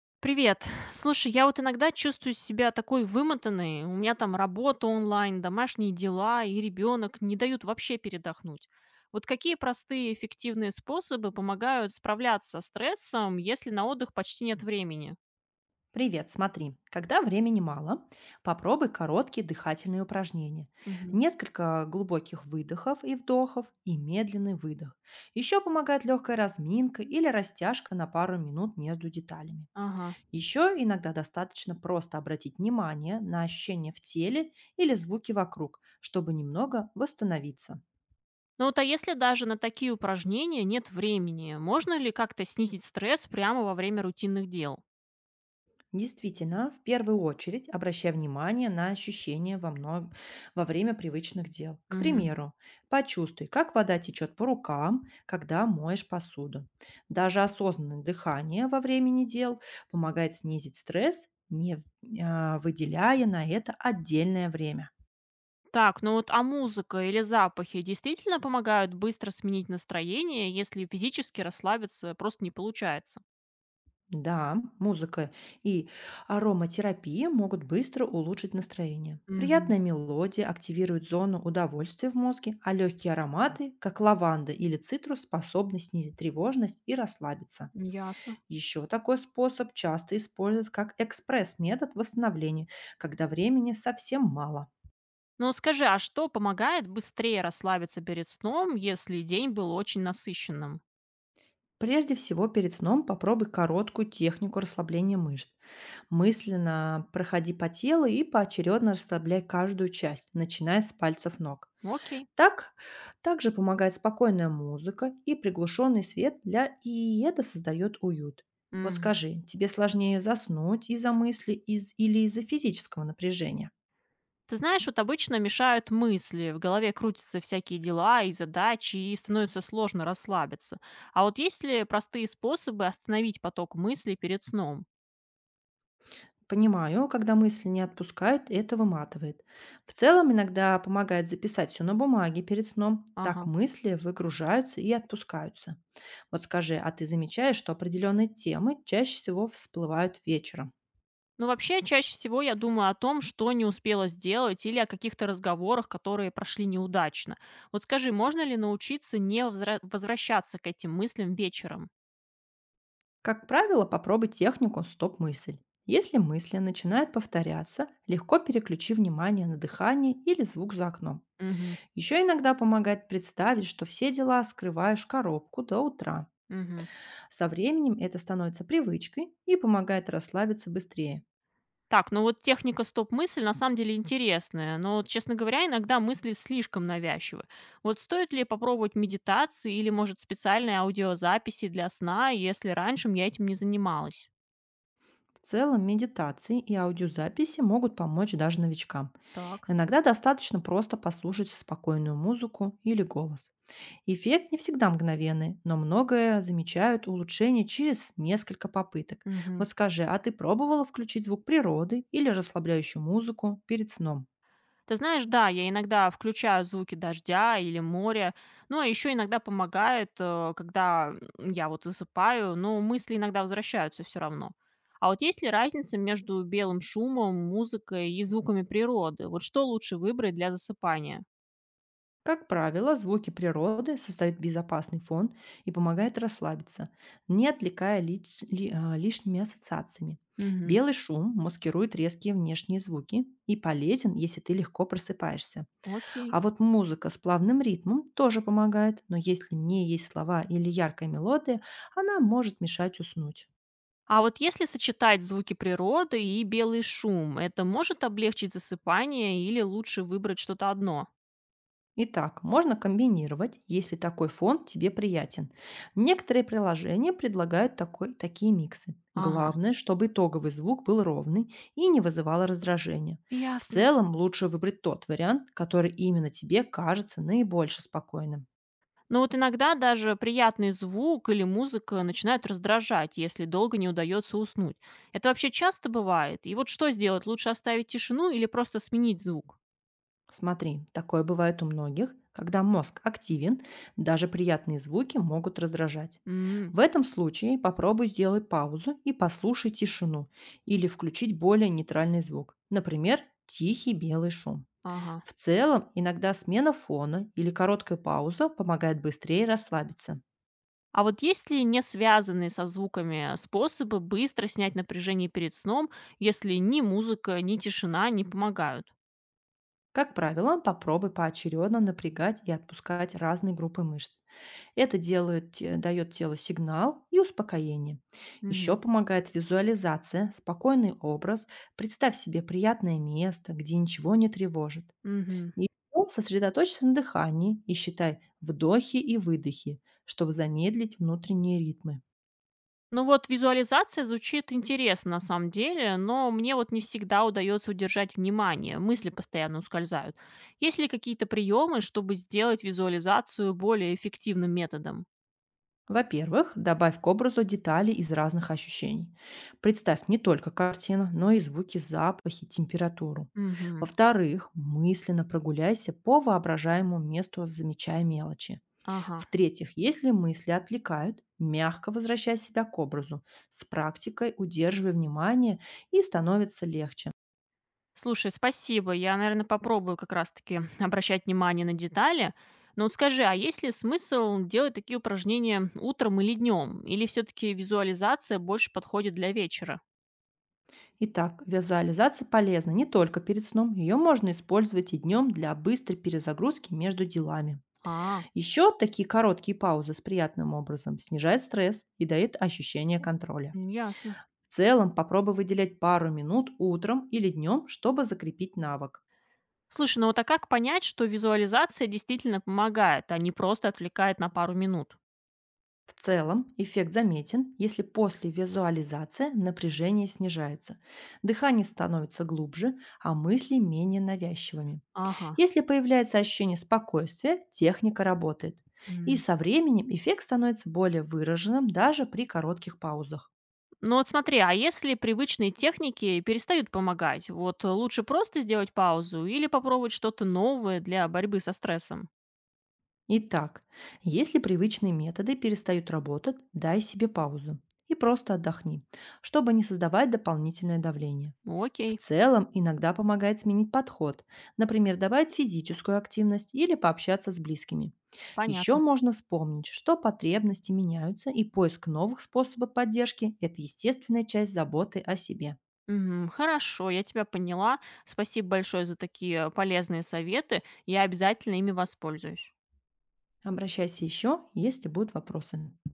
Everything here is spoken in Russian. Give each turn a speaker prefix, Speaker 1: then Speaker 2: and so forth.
Speaker 1: Привет. Слушай, я вот иногда чувствую себя такой вымотанной. У меня там работа онлайн, домашние дела и ребенок не дают вообще передохнуть. Вот какие простые эффективные способы помогают справляться со стрессом, если на отдых почти нет времени?
Speaker 2: Привет, смотри, когда времени мало, попробуй короткие дыхательные упражнения.
Speaker 1: Мгм.
Speaker 2: Несколько глубоких выдохов и вдохов и медленный выдох. Еще помогает легкая разминка или растяжка на пару минут между деталями.
Speaker 1: Ага.
Speaker 2: Еще иногда достаточно просто обратить внимание на ощущения в теле или звуки вокруг, чтобы немного восстановиться.
Speaker 1: Ну вот а если даже на такие упражнения нет времени, можно ли как-то снизить стресс прямо во время рутинных дел?
Speaker 2: Действительно, в первую очередь обращай внимание на ощущения во время привычных дел. К примеру, почувствуй, как вода течет по рукам, когда моешь посуду. Даже осознанное дыхание во времени дел помогает снизить стресс, не в- а, выделяя на это отдельное время.
Speaker 1: Так, ну вот, а музыка или запахи действительно помогают быстро сменить настроение, если физически расслабиться просто не получается?
Speaker 2: Да, музыка и ароматерапия могут быстро улучшить настроение.
Speaker 1: Мгм.
Speaker 2: Приятная мелодия активирует зону удовольствия в мозге, а легкие ароматы, как лаванда или цитрус, способны снизить тревожность и расслабиться.
Speaker 1: Ясно.
Speaker 2: Еще такой способ часто используют как экспресс-метод восстановления, когда времени совсем мало.
Speaker 1: Ну вот скажи, а что помогает быстрее расслабиться перед сном, если день был очень насыщенным?
Speaker 2: Прежде всего, перед сном попробуй короткую технику расслабления мышц. Мысленно проходи по телу и поочередно расслабляй каждую часть, начиная с пальцев ног.
Speaker 1: Окей.
Speaker 2: Так также помогает спокойная музыка и приглушенный свет для и это создает уют. Вот
Speaker 1: М.
Speaker 2: скажи, тебе сложнее заснуть или из-за физического напряжения?
Speaker 1: Ты знаешь, вот обычно мешают мысли, в голове крутятся всякие дела и задачи, и становится сложно расслабиться. А вот есть ли простые способы остановить поток мыслей перед сном?
Speaker 2: Понимаю, когда мысли не отпускают, это выматывает. В целом иногда помогает записать все на бумаге перед сном. Так
Speaker 1: Ага.
Speaker 2: мысли выгружаются и отпускаются. Вот скажи, а ты замечаешь, что определенные темы чаще всего всплывают вечером?
Speaker 1: Ну, вообще, чаще всего я думаю о том, что не успела сделать, или о каких-то разговорах, которые прошли неудачно. Вот скажи, можно ли научиться не возвращаться к этим мыслям вечером?
Speaker 2: Как правило, попробуй технику «стоп-мысль». Если мысли начинают повторяться, легко переключи внимание на дыхание или звук за окном.
Speaker 1: Мгм.
Speaker 2: Еще иногда помогает представить, что все дела скрываешь в коробку до утра.
Speaker 1: Мгм.
Speaker 2: Со временем это становится привычкой и помогает расслабиться быстрее.
Speaker 1: Так, ну вот техника стоп-мысль на самом деле интересная, но, вот, честно говоря, иногда мысли слишком навязчивы. Вот стоит ли попробовать медитации или, может, специальные аудиозаписи для сна, если раньше я этим не занималась?
Speaker 2: В целом, медитации и аудиозаписи могут помочь даже новичкам.
Speaker 1: Так.
Speaker 2: Иногда достаточно просто послушать спокойную музыку или голос. Эффект не всегда мгновенный, но многое замечают улучшение через несколько попыток.
Speaker 1: Мгм.
Speaker 2: Вот скажи, а ты пробовала включить звук природы или расслабляющую музыку перед сном?
Speaker 1: Ты знаешь, да, я иногда включаю звуки дождя или моря, но еще иногда помогает, когда я вот засыпаю, но мысли иногда возвращаются все равно. А вот есть ли разница между белым шумом, музыкой и звуками природы? Вот что лучше выбрать для засыпания?
Speaker 2: Как правило, звуки природы создают безопасный фон и помогают расслабиться, не отвлекая лишними ассоциациями.
Speaker 1: Мгм.
Speaker 2: Белый шум маскирует резкие внешние звуки и полезен, если ты легко просыпаешься.
Speaker 1: Окей.
Speaker 2: А вот музыка с плавным ритмом тоже помогает, но если не есть слова или яркая мелодия, она может мешать уснуть.
Speaker 1: А вот если сочетать звуки природы и белый шум, это может облегчить засыпание или лучше выбрать что-то одно?
Speaker 2: Итак, можно комбинировать, если такой фон тебе приятен. Некоторые приложения предлагают такие миксы.
Speaker 1: Ага,
Speaker 2: Главное, чтобы итоговый звук был ровный и не вызывал раздражения. В
Speaker 1: ясно.
Speaker 2: целом, лучше выбрать тот вариант, который именно тебе кажется наибольше спокойным.
Speaker 1: Но вот иногда даже приятный звук или музыка начинают раздражать, если долго не удается уснуть. Это вообще часто бывает? И вот что сделать? Лучше оставить тишину или просто сменить звук?
Speaker 2: Смотри, такое бывает у многих, когда мозг активен, даже приятные звуки могут раздражать.
Speaker 1: М,
Speaker 2: В этом случае попробуй сделать паузу и послушай тишину или включить более нейтральный звук, например, тихий белый шум.
Speaker 1: ага.
Speaker 2: В целом, иногда смена фона или короткая пауза помогает быстрее расслабиться.
Speaker 1: А вот есть ли не связанные со звуками способы быстро снять напряжение перед сном, если ни музыка, ни тишина не помогают?
Speaker 2: Как правило, попробуй поочередно напрягать и отпускать разные группы мышц. Дает телу сигнал и успокоение. Еще
Speaker 1: Мгм.
Speaker 2: помогает визуализация, спокойный образ. Представь себе приятное место, где ничего не тревожит.
Speaker 1: Мгм.
Speaker 2: И ещё сосредоточься на дыхании и считай вдохи и выдохи, чтобы замедлить внутренние ритмы.
Speaker 1: Ну вот визуализация звучит интересно на самом деле, но мне вот не всегда удается удержать внимание, мысли постоянно ускользают. Есть ли какие-то приемы, чтобы сделать визуализацию более эффективным методом?
Speaker 2: Во-первых, добавь к образу детали из разных ощущений. Представь не только картину, но и звуки, запахи, температуру.
Speaker 1: Мгм.
Speaker 2: Во-вторых, мысленно прогуляйся по воображаемому месту, замечая мелочи.
Speaker 1: Ага.
Speaker 2: В-третьих, если мысли отвлекают, мягко возвращай себя к образу. С практикой удерживай внимание и становится легче.
Speaker 1: Слушай, спасибо. Я, наверное, попробую как раз-таки обращать внимание на детали. Но вот скажи, а есть ли смысл делать такие упражнения утром или днем? Или все-таки визуализация больше подходит для вечера?
Speaker 2: Итак, визуализация полезна не только перед сном, ее можно использовать и днем для быстрой перезагрузки между делами.
Speaker 1: А,
Speaker 2: Еще такие короткие паузы с приятным образом снижают стресс и дают ощущение контроля.
Speaker 1: ясно.
Speaker 2: В целом, попробуй выделять пару минут утром или днем, чтобы закрепить навык.
Speaker 1: Слушай, ну вот а как понять, что визуализация действительно помогает, а не просто отвлекает на пару минут?
Speaker 2: В целом, эффект заметен, если после визуализации напряжение снижается, дыхание становится глубже, а мысли менее навязчивыми.
Speaker 1: Ага.
Speaker 2: Если появляется ощущение спокойствия, техника работает. И
Speaker 1: М.
Speaker 2: со временем эффект становится более выраженным даже при коротких паузах.
Speaker 1: Ну вот смотри, а если привычные техники перестают помогать, вот лучше просто сделать паузу или попробовать что-то новое для борьбы со стрессом?
Speaker 2: Итак, если привычные методы перестают работать, дай себе паузу и просто отдохни, чтобы не создавать дополнительное давление.
Speaker 1: Ну,
Speaker 2: В
Speaker 1: окей,
Speaker 2: целом иногда помогает сменить подход, например, добавить физическую активность или пообщаться с близкими. Еще
Speaker 1: понятно.
Speaker 2: можно вспомнить, что потребности меняются, и поиск новых способов поддержки– это естественная часть заботы о себе.
Speaker 1: Мгм, хорошо, я тебя поняла. Спасибо большое за такие полезные советы. Я обязательно ими воспользуюсь.
Speaker 2: Обращайся еще, если будут вопросы.